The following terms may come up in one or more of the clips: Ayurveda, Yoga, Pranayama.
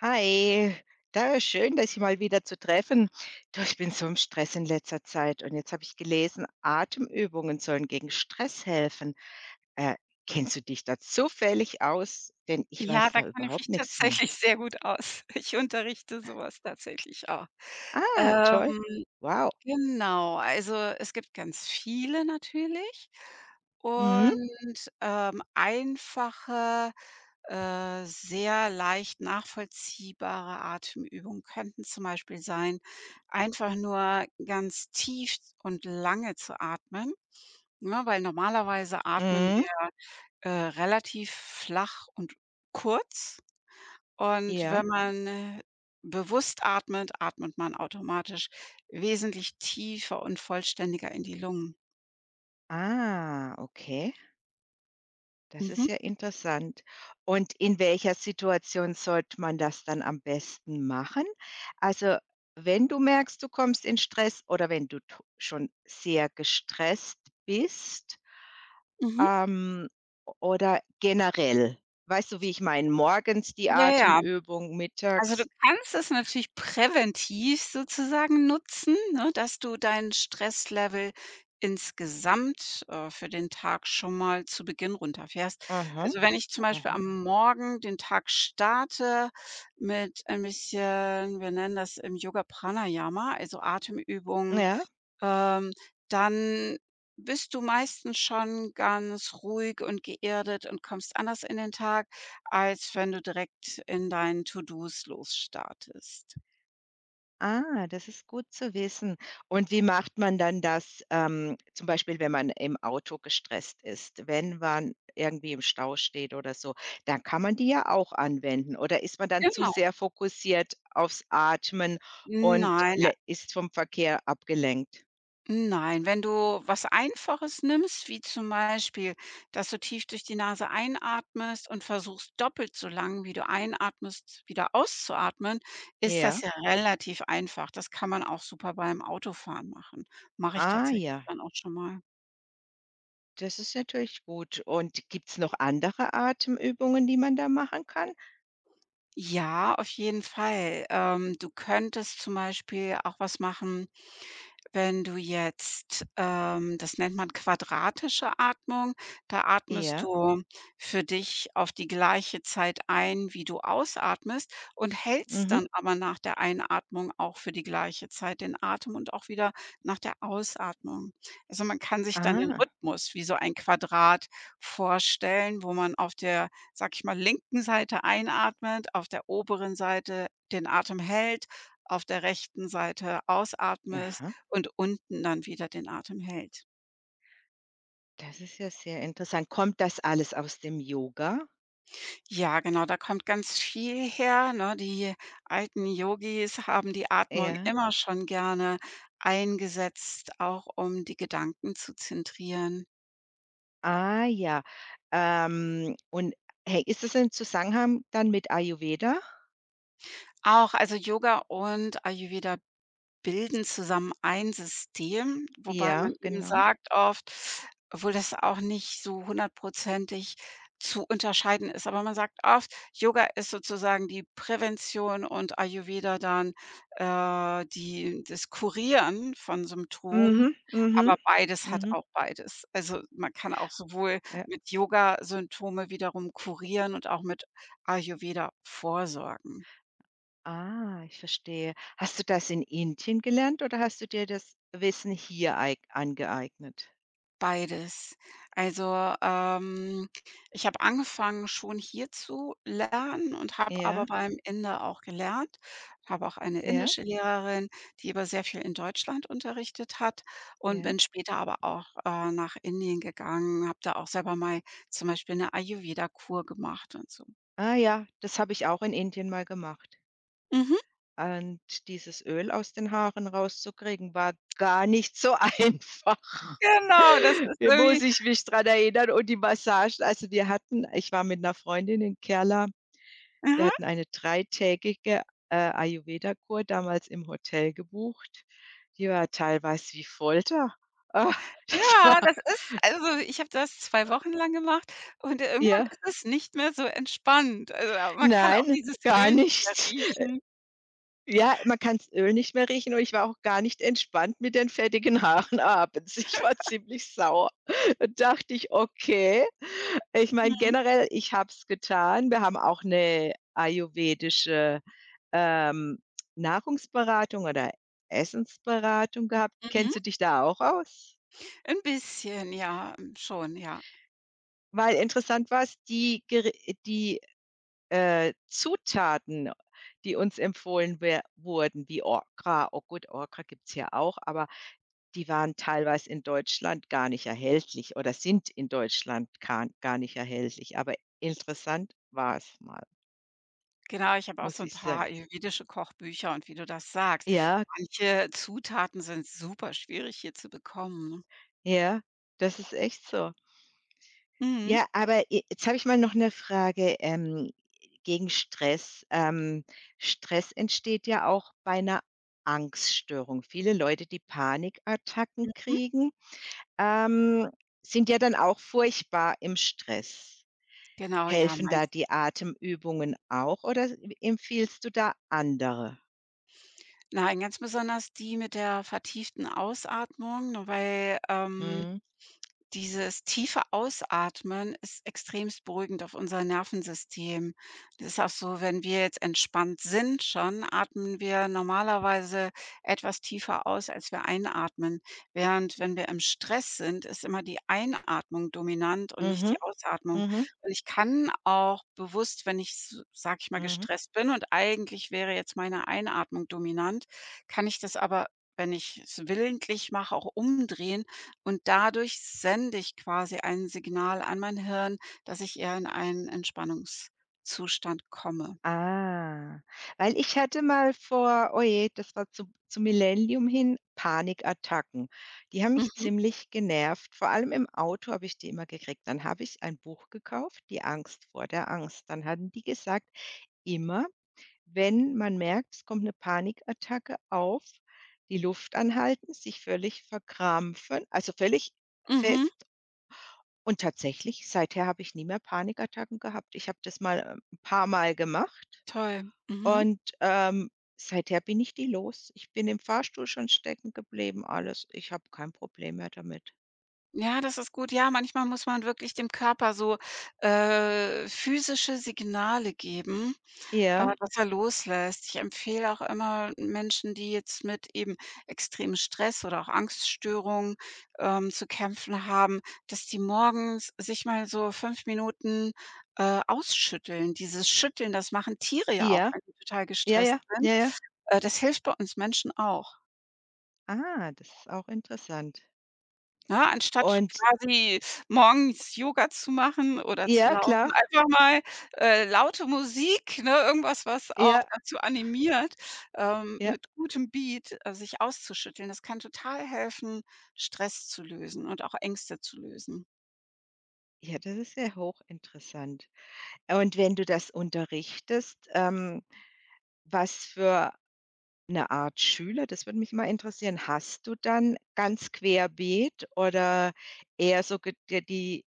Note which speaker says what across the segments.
Speaker 1: Hi, da schön, dass ich mal wieder zu treffen. Du, ich bin so im Stress in letzter Zeit und jetzt habe ich gelesen, Atemübungen sollen gegen Stress helfen. Äh, Kennst du dich da zufällig aus? Denn ich
Speaker 2: Ja,
Speaker 1: weiß
Speaker 2: da
Speaker 1: da
Speaker 2: kenne ich mich
Speaker 1: überhaupt nichts von.
Speaker 2: tatsächlich sehr gut aus. Ich unterrichte sowas tatsächlich auch.
Speaker 1: Ah, toll.
Speaker 2: Ähm,
Speaker 1: Wow.
Speaker 2: genau, also es gibt ganz viele natürlich
Speaker 1: Mhm.
Speaker 2: und, einfache, sehr leicht nachvollziehbare Atemübungen könnten zum Beispiel sein, einfach nur ganz tief und lange zu atmen, ne, weil normalerweise atmen
Speaker 1: Mhm.
Speaker 2: wir, relativ flach und kurz. Und
Speaker 1: Ja.
Speaker 2: wenn man bewusst atmet, atmet man automatisch wesentlich tiefer und vollständiger in die Lungen.
Speaker 1: Ah, okay. Das ist
Speaker 2: Mhm,
Speaker 1: ja interessant. Und in welcher Situation sollte man das dann am besten machen? Also, wenn du merkst, du kommst in Stress oder wenn du to schon sehr gestresst bist,
Speaker 2: mhm.
Speaker 1: ähm, oder generell? Weißt du, wie ich meine? Morgens die
Speaker 2: Ja, ja.
Speaker 1: Atemübung,
Speaker 2: Also, du
Speaker 1: mittags?
Speaker 2: kannst es natürlich präventiv sozusagen nutzen, ne, dass du dein Stresslevel insgesamt, für den Tag schon mal zu Beginn runterfährst.
Speaker 1: Aha,
Speaker 2: Also, wenn ich zum Beispiel
Speaker 1: aha.
Speaker 2: am Morgen den Tag starte mit ein bisschen, wir nennen das im Yoga Pranayama, also Atemübungen,
Speaker 1: Ja.
Speaker 2: ähm, dann bist du meistens schon ganz ruhig und geerdet und kommst anders in den Tag, als wenn du direkt in deinen To-dos losstartest.
Speaker 1: Ah, das ist gut zu wissen. Und wie macht man dann das, zum Beispiel, wenn man im Auto gestresst ist, wenn man irgendwie im Stau steht oder so, dann kann man die ja auch anwenden. Oder ist man dann zu
Speaker 2: Genau.
Speaker 1: sehr fokussiert aufs Atmen und
Speaker 2: Nein, a
Speaker 1: ist vom Verkehr abgelenkt?
Speaker 2: nein, wenn du was Einfaches nimmst, wie zum Beispiel, dass du tief durch die Nase einatmest und versuchst, doppelt so lang, wie du einatmest, wieder auszuatmen, ist das
Speaker 1: Ja.
Speaker 2: ja relativ einfach. Das kann man auch super beim Autofahren machen. Mache ich
Speaker 1: Ah
Speaker 2: tatsächlich
Speaker 1: ja,
Speaker 2: dann auch schon mal.
Speaker 1: das ist natürlich gut. Und gibt es noch andere Atemübungen, die man da machen kann?
Speaker 2: Ja, auf jeden Fall. Du könntest zum Beispiel auch was machen, wenn du jetzt, das nennt man quadratische Atmung, da atmest
Speaker 1: Ja.
Speaker 2: du für dich auf die gleiche Zeit ein, wie du ausatmest und hältst
Speaker 1: Mhm.
Speaker 2: dann aber nach der Einatmung auch für die gleiche Zeit den Atem und auch wieder nach der Ausatmung. Also, man kann sich dann den
Speaker 1: Ah.
Speaker 2: Rhythmus wie so ein Quadrat vorstellen, wo man auf der, sag ich mal, linken Seite einatmet, auf der oberen Seite den Atem hält, auf der rechten Seite ausatmest
Speaker 1: Aha.
Speaker 2: und unten dann wieder den Atem hält.
Speaker 1: Das ist ja sehr interessant. Kommt das alles aus dem Yoga?
Speaker 2: Ja, genau, da kommt ganz viel her, ne? Die alten Yogis haben die Atmung
Speaker 1: Ja.
Speaker 2: immer schon gerne eingesetzt, auch um die Gedanken zu zentrieren.
Speaker 1: Ah ja. Und hey, ist das in Zusammenhang dann mit Ayurveda?
Speaker 2: Auch, also Yoga und Ayurveda bilden zusammen ein System, wobei man
Speaker 1: Ja,
Speaker 2: eben
Speaker 1: genau.
Speaker 2: sagt oft, obwohl das auch nicht so hundertprozentig zu unterscheiden ist, aber man sagt oft, Yoga ist sozusagen die Prävention und Ayurveda dann, die das Kurieren von Symptomen,
Speaker 1: Mhm, mhm,
Speaker 2: aber beides hat
Speaker 1: mhm.
Speaker 2: auch beides. Also, man kann auch sowohl
Speaker 1: Ja.
Speaker 2: mit Yoga Symptome wiederum kurieren und auch mit Ayurveda vorsorgen.
Speaker 1: Ah, ich verstehe. Hast du das in Indien gelernt oder hast du dir das Wissen hier eig angeeignet?
Speaker 2: Beides. Also, ich habe angefangen, schon hier zu lernen und habe aber
Speaker 1: Ja,
Speaker 2: beim Inder auch gelernt. Habe auch eine
Speaker 1: ja,
Speaker 2: indische Lehrerin, die aber sehr viel in Deutschland unterrichtet hat und
Speaker 1: ja.
Speaker 2: bin später aber auch, nach Indien gegangen, habe da auch selber mal zum Beispiel eine Ayurveda-Kur gemacht und so.
Speaker 1: Ah ja, das habe ich auch in Indien mal gemacht.
Speaker 2: Mhm,
Speaker 1: Und dieses Öl aus den Haaren rauszukriegen, war gar nicht so einfach.
Speaker 2: genau, das ist
Speaker 1: Hier muss
Speaker 2: irgendwie
Speaker 1: ich mich dran erinnern und die Massagen, also, wir hatten, ich war mit 'ner Freundin in Kerala. Wir
Speaker 2: ja.
Speaker 1: hatten eine dreitägige, Ayurveda-Kur damals im Hotel gebucht. Die war teilweise wie Folter. Ah, das war
Speaker 2: Ja, das ist also, ich habe das 2 Wochen lang gemacht und irgendwann
Speaker 1: ja,
Speaker 2: ist es nicht mehr so entspannt. Also, a man kann auch
Speaker 1: nein,
Speaker 2: dieses
Speaker 1: gar
Speaker 2: Öl nicht mehr
Speaker 1: nicht.
Speaker 2: riechen.
Speaker 1: Ja, man kann's Öl nicht mehr riechen und ich war auch gar nicht entspannt mit den fettigen Haaren abends. Ich war ziemlich sauer. Da dachte ich: „Okay.“ Ich meine,
Speaker 2: Mhm,
Speaker 1: generell, ich habe es getan. Wir haben auch 'ne ayurvedische, ähm, Nahrungsberatung oder Essensberatung gehabt.
Speaker 2: mhm.
Speaker 1: Kennst du dich da auch aus?
Speaker 2: 'N bisschen, ja, hm, schon, ja.
Speaker 1: Weil interessant war's, die, Zutaten, die uns empfohlen wer wurden, wie Okra. Oh gut, Okra gibt's hier auch, aber die waren teilweise in Deutschland gar nicht erhältlich oder sind in Deutschland gar nicht erhältlich, aber interessant war es mal,
Speaker 2: Genau, ich habe auch so
Speaker 1: muss
Speaker 2: ein
Speaker 1: ich
Speaker 2: paar
Speaker 1: sagen.
Speaker 2: ayurvedische Kochbücher und wie du das sagst,
Speaker 1: Ja,
Speaker 2: manche Zutaten sind super schwierig hier zu bekommen, ne?
Speaker 1: ja, das ist echt so.
Speaker 2: Mhm,
Speaker 1: Ja, aber j jetzt habe ich mal noch eine Frage, gegen Stress. Stress entsteht ja auch bei einer Angststörung. Viele Leute, die Panikattacken
Speaker 2: mhm.
Speaker 1: kriegen, ähm, sind ja dann auch furchtbar im Stress.
Speaker 2: Genau, ja,
Speaker 1: Helfen da
Speaker 2: meistens.
Speaker 1: die Atemübungen auch oder s empfiehlst du da andere?
Speaker 2: Nein, ganz besonders die mit der vertieften Ausatmung, ne.
Speaker 1: Mhm.
Speaker 2: Dieses tiefe Ausatmen ist extremst beruhigend auf unser Nervensystem. Das ist auch so, wenn wir jetzt entspannt sind schon, atmen wir normalerweise etwas tiefer aus, als wir einatmen. Während wenn wir im Stress sind, ist immer die Einatmung dominant und nicht
Speaker 1: Mhm.
Speaker 2: die Ausatmung.
Speaker 1: Mhm.
Speaker 2: Und ich kann auch bewusst, wenn ich, sag ich mal,
Speaker 1: Mhm.
Speaker 2: gestresst bin und eigentlich wäre jetzt meine Einatmung dominant, kann ich das aber, wenn ich es willentlich mache, auch umdrehen und dadurch sende ich quasi ein Signal an mein Hirn, dass ich eher in einen Entspannungszustand komme.
Speaker 1: Ah, weil ich hatte mal vor, oh je, das war zu Millennium hin, Panikattacken. Die haben mich
Speaker 2: Mhm,
Speaker 1: ziemlich genervt. Vor allem im Auto habe ich die immer gekriegt. Dann habe ich ein Buch gekauft, „Die Angst vor der Angst“. Dann hatten die gesagt: „Immer wenn man merkt, es kommt eine Panikattacke auf, die Luft anhalten, sich völlig verkrampfen, also völlig
Speaker 2: mhm.
Speaker 1: fest“, und tatsächlich, seither habe ich nie mehr Panikattacken gehabt. Ich habe das mal, ein paar Mal gemacht
Speaker 2: Toll. Mhm.
Speaker 1: und, seither bin ich die los. Ich bin im Fahrstuhl schon stecken geblieben, alles. Ich habe kein Problem mehr damit.
Speaker 2: Ja, das ist gut. Ja, manchmal muss man wirklich dem Körper so, physische Signale geben. Äh,
Speaker 1: Ja,
Speaker 2: dass er loslässt. Ich empfehle auch immer Menschen, die jetzt mit eben extremem Stress oder auch Angststörungen, zu kämpfen haben, dass die morgens sich mal so 5 Minuten, ausschütteln. Dieses Schütteln, das machen Tiere ja auch,
Speaker 1: ja,
Speaker 2: wenn sie total
Speaker 1: ja,
Speaker 2: gestresst
Speaker 1: ja,
Speaker 2: sind.
Speaker 1: ja, ja.
Speaker 2: Das hilft bei uns Menschen auch.
Speaker 1: Ah, das ist auch interessant.
Speaker 2: Ne, anstatt
Speaker 1: Und
Speaker 2: quasi morgens Yoga zu machen oder zu
Speaker 1: ja,
Speaker 2: laufen,
Speaker 1: klar.
Speaker 2: einfach mal, laute Musik, ne, irgendwas, was auch
Speaker 1: Ja,
Speaker 2: dazu animiert,
Speaker 1: ja.
Speaker 2: mit gutem Beat, sich auszuschütteln. Das kann total helfen, Stress zu lösen und auch Ängste zu lösen.
Speaker 1: Ja, das ist sehr hochinteressant. Und wenn du das unterrichtest, was für eine Art Schüler, das würde mich mal interessieren, hast du dann ganz querbeet oder eher so ge d die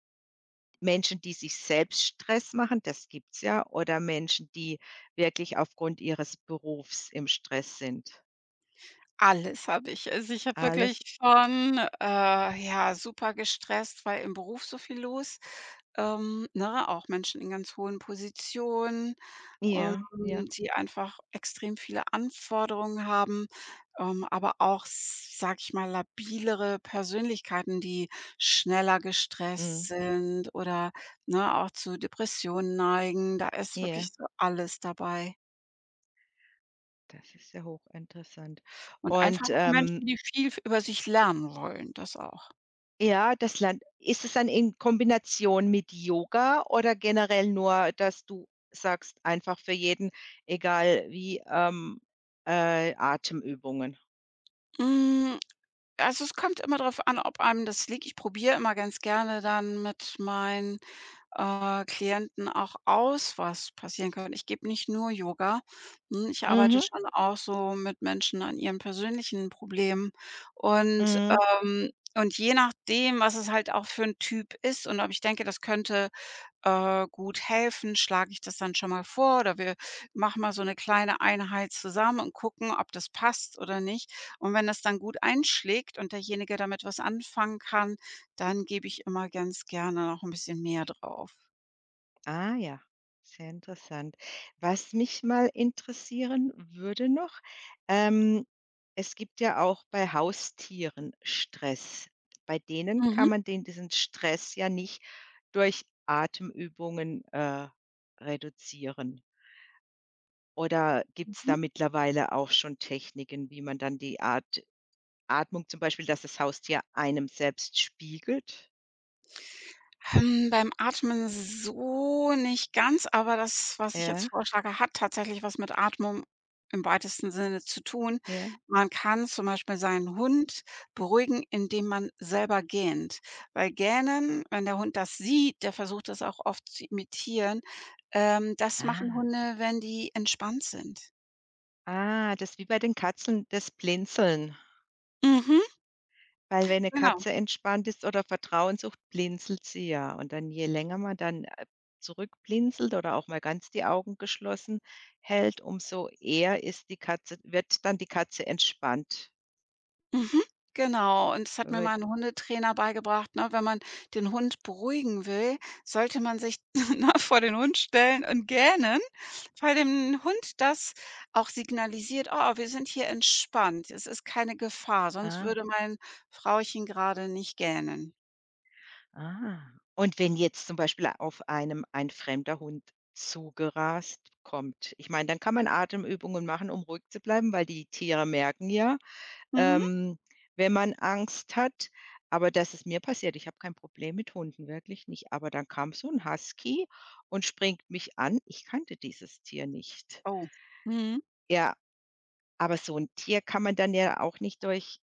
Speaker 1: Menschen, die sich selbst Stress machen, das gibt's ja, oder Menschen, die wirklich aufgrund ihres Berufs im Stress sind?
Speaker 2: Alles habe ich. Also, ich habe
Speaker 1: Alles
Speaker 2: wirklich von, ja, super gestresst, weil im Beruf so viel los, ne, auch Menschen in ganz hohen Positionen. ähm,
Speaker 1: ja, ja,
Speaker 2: die einfach extrem viele Anforderungen haben, aber auch, s sage ich mal, labilere Persönlichkeiten, die schneller gestresst
Speaker 1: mhm,
Speaker 2: sind oder, ne, auch zu Depressionen neigen. Da ist wirklich
Speaker 1: ja,
Speaker 2: so alles dabei.
Speaker 1: das ist ja hochinteressant.
Speaker 2: Und einfach
Speaker 1: Und,
Speaker 2: auch
Speaker 1: ähm,
Speaker 2: Menschen, die viel f über sich lernen wollen, das auch.
Speaker 1: ja, das Land ist es dann in Kombination mit Yoga oder generell nur, dass du sagst, einfach für jeden, egal wie, Atemübungen?
Speaker 2: Hm, also, es kommt immer darauf an, ob einem das liegt. Ich probiere immer ganz gerne dann mit meinen Klienten auch aus, was passieren könnte. Ich gebe nicht nur Yoga. Ich arbeite
Speaker 1: Mhm,
Speaker 2: schon auch so mit Menschen an ihren persönlichen Problemen und,
Speaker 1: mhm.
Speaker 2: ähm und je nachdem, was es halt auch für ein Typ ist und ob ich denke, das könnte, gut helfen, schlage ich das dann schon mal vor oder wir machen mal so eine kleine Einheit zusammen und gucken, ob das passt oder nicht. Und wenn das dann gut einschlägt und derjenige damit was anfangen kann, dann gebe ich immer ganz gerne noch ein bisschen mehr drauf.
Speaker 1: Ah ja, sehr interessant. Was mich mal interessieren würde noch, ähm, es gibt ja auch bei Haustieren Stress. Bei denen
Speaker 2: Mhm,
Speaker 1: kann man den diesen Stress ja nicht durch Atemübungen, reduzieren. Oder gibt es
Speaker 2: mhm.
Speaker 1: da mittlerweile auch schon Techniken, wie man dann die Art Atmung zum Beispiel, dass das Haustier einem selbst spiegelt?
Speaker 2: Beim Atmen so nicht ganz, aber das, was ich jetzt
Speaker 1: Ja,
Speaker 2: vorschlage, hat tatsächlich was mit Atmung im weitesten Sinne zu tun.
Speaker 1: ja.
Speaker 2: Man kann zum Beispiel seinen Hund beruhigen, indem man selber gähnt. Weil Gähnen, wenn der Hund das sieht, der versucht das auch oft zu imitieren, das machen
Speaker 1: Ah,
Speaker 2: Hunde, wenn die entspannt sind.
Speaker 1: ah, das ist wie bei den Katzen, das Blinzeln.
Speaker 2: Mhm.
Speaker 1: Weil wenn eine
Speaker 2: Genau.
Speaker 1: Katze entspannt ist oder Vertrauen sucht, blinzelt sie ja. Und dann je länger man dann, zurückblinzelt oder auch mal ganz die Augen geschlossen hält, umso eher ist die Katze, wird dann die Katze entspannt.
Speaker 2: Mhm, genau. Und das hat mir
Speaker 1: Wird
Speaker 2: mal ein Hundetrainer beigebracht, ne, wenn man den Hund beruhigen will, sollte man sich, ne, vor den Hund stellen und gähnen, weil dem Hund das auch signalisiert: „Oh, wir sind hier entspannt. Es ist keine Gefahr.“ Sonst
Speaker 1: ah.
Speaker 2: würde mein Frauchen gerade nicht gähnen.
Speaker 1: Ah. Und wenn jetzt zum Beispiel auf einem ein fremder Hund zugerast kommt, ich meine, dann kann man Atemübungen machen, um ruhig zu bleiben, weil die Tiere merken ja,
Speaker 2: Mhm.
Speaker 1: ähm, wenn man Angst hat. Aber das ist mir passiert. Ich habe kein Problem mit Hunden, wirklich nicht. Aber dann kam so ein Husky und springt mich an. Ich kannte dieses Tier nicht.
Speaker 2: Oh. Mhm.
Speaker 1: Ja, aber so ein Tier kann man dann ja auch nicht durch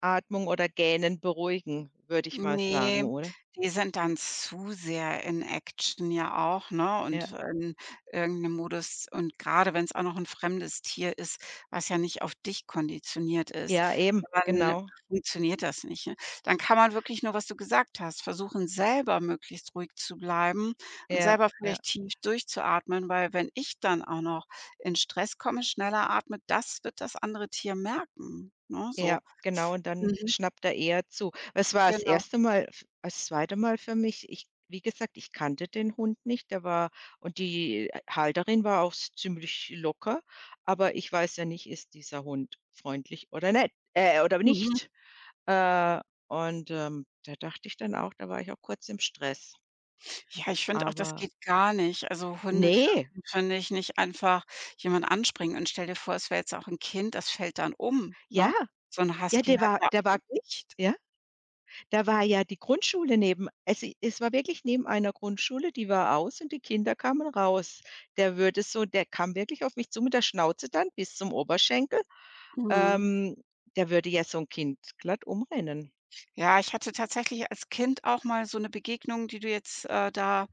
Speaker 1: Atmung oder Gähnen beruhigen, würde ich mal
Speaker 2: Ne,
Speaker 1: sagen, oder?
Speaker 2: die sind dann zu sehr in Action ja auch, ne,
Speaker 1: Ja.
Speaker 2: und in irgend 'nem Modus und grade wenn's auch noch 'n fremdes Tier ist, was ja nicht auf dich konditioniert ist,
Speaker 1: Ja, eben,
Speaker 2: dann
Speaker 1: genau.
Speaker 2: funktioniert das nicht, ne? Dann kann man wirklich nur, was du gesagt hast, versuchen, selber möglichst ruhig zu bleiben und
Speaker 1: Ja,
Speaker 2: selber
Speaker 1: ja,
Speaker 2: vielleicht tief durchzuatmen, weil wenn ich dann auch noch in Stress komme, schneller atme, das wird das andere Tier merken, ne, so.
Speaker 1: ja, genau. Und dann
Speaker 2: Mhm,
Speaker 1: schnappt er eher zu. Es war das
Speaker 2: genau.
Speaker 1: erste Mal f das zweite Mal für mich. Ich, wie gesagt, ich kannte den Hund nicht. Der war und die Halterin war auch s ziemlich locker, aber ich weiß ja nicht, ist dieser Hund freundlich oder nett, oder
Speaker 2: Mhm.
Speaker 1: nicht. Äh, und, da dachte ich dann auch, da war ich auch kurz im Stress.
Speaker 2: Ja, ich finde auch, das
Speaker 1: Aber
Speaker 2: geht gar nicht. Also, Hunde
Speaker 1: nee,
Speaker 2: dürfen, finde ich, nicht einfach jemand anspringen und stell dir vor, es wäre jetzt auch 'n Kind, das fällt dann um,
Speaker 1: ja,
Speaker 2: ne? So 'n
Speaker 1: ja,
Speaker 2: Husky
Speaker 1: der
Speaker 2: hat
Speaker 1: war,
Speaker 2: ja
Speaker 1: der
Speaker 2: auch
Speaker 1: war
Speaker 2: Gewicht.
Speaker 1: ja? Da war ja die Grundschule neben, also, es war wirklich neben einer Grundschule, die war aus und die Kinder kamen raus. Der würde so, der kam wirklich auf mich zu mit der Schnauze dann bis zum Oberschenkel.
Speaker 2: Mhm.
Speaker 1: Ähm, der würde ja so ein Kind glatt umrennen.
Speaker 2: Ja, ich hatte tatsächlich als Kind auch mal so 'ne Begegnung, die du jetzt, da,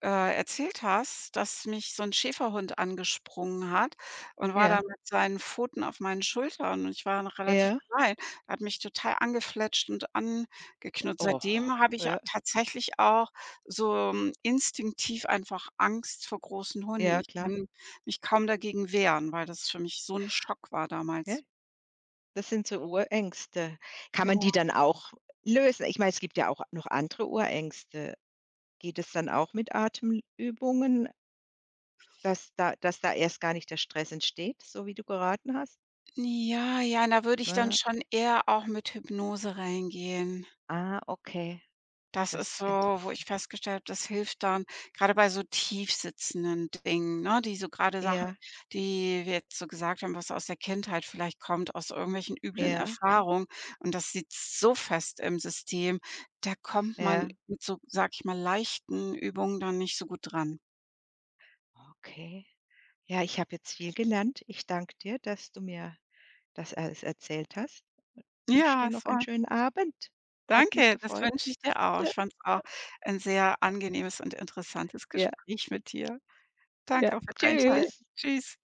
Speaker 2: erzählt hast, dass mich so 'n Schäferhund angesprungen hat und war dann
Speaker 1: Ja,
Speaker 2: mit seinen Pfoten auf meinen Schultern und ich war noch relativ
Speaker 1: ja.
Speaker 2: klein. Er hat mich total angefletscht und angeknurrt.
Speaker 1: Oh,
Speaker 2: Seitdem habe ich a
Speaker 1: ja,
Speaker 2: tatsächlich auch so, instinktiv einfach Angst vor großen Hunden.
Speaker 1: ja,
Speaker 2: Ich
Speaker 1: klar.
Speaker 2: kann mich kaum dagegen wehren, weil das für mich so 'n Schock war
Speaker 1: Ja,
Speaker 2: damals.
Speaker 1: das sind so Urängste. Kann
Speaker 2: Gen
Speaker 1: man die dann auch lösen? Ich meine, es gibt ja auch noch andere Urängste. Geht es dann auch mit Atemübungen, dass da, dass da erst gar nicht der Stress entsteht, so wie du geraten hast?
Speaker 2: Ja, ja, da würde ich dann
Speaker 1: Ne?
Speaker 2: schon eher auch mit Hypnose reingehen.
Speaker 1: Ah, okay,
Speaker 2: Das
Speaker 1: das
Speaker 2: ist
Speaker 1: ist
Speaker 2: so, wo ich
Speaker 1: interessant.
Speaker 2: festgestellt habe, das hilft dann gerade bei so tief sitzenden Dingen, ne, die so gerade Sachen,
Speaker 1: Ja,
Speaker 2: die wir jetzt so gesagt haben, was aus der Kindheit vielleicht kommt, aus irgendwelchen üblen
Speaker 1: ja,
Speaker 2: Erfahrungen und das sitzt so fest im System, da kommt man
Speaker 1: ja,
Speaker 2: mit so, sag ich mal, leichten Übungen dann nicht so gut dran.
Speaker 1: okay. Ja, ich habe jetzt viel gelernt. Ich danke dir, dass du mir das alles erzählt hast. Ich wünsche
Speaker 2: Ja,
Speaker 1: dir
Speaker 2: es
Speaker 1: noch einen
Speaker 2: war
Speaker 1: schönen Abend. Hat mich
Speaker 2: Danke, das
Speaker 1: gefreut.
Speaker 2: wünsche ich dir auch.
Speaker 1: Ja,
Speaker 2: Ich fand es auch ein sehr angenehmes und interessantes
Speaker 1: ja,
Speaker 2: Gespräch mit dir.
Speaker 1: ja.
Speaker 2: Danke auch für dein Teil.
Speaker 1: Tschüss.
Speaker 2: Tschüss.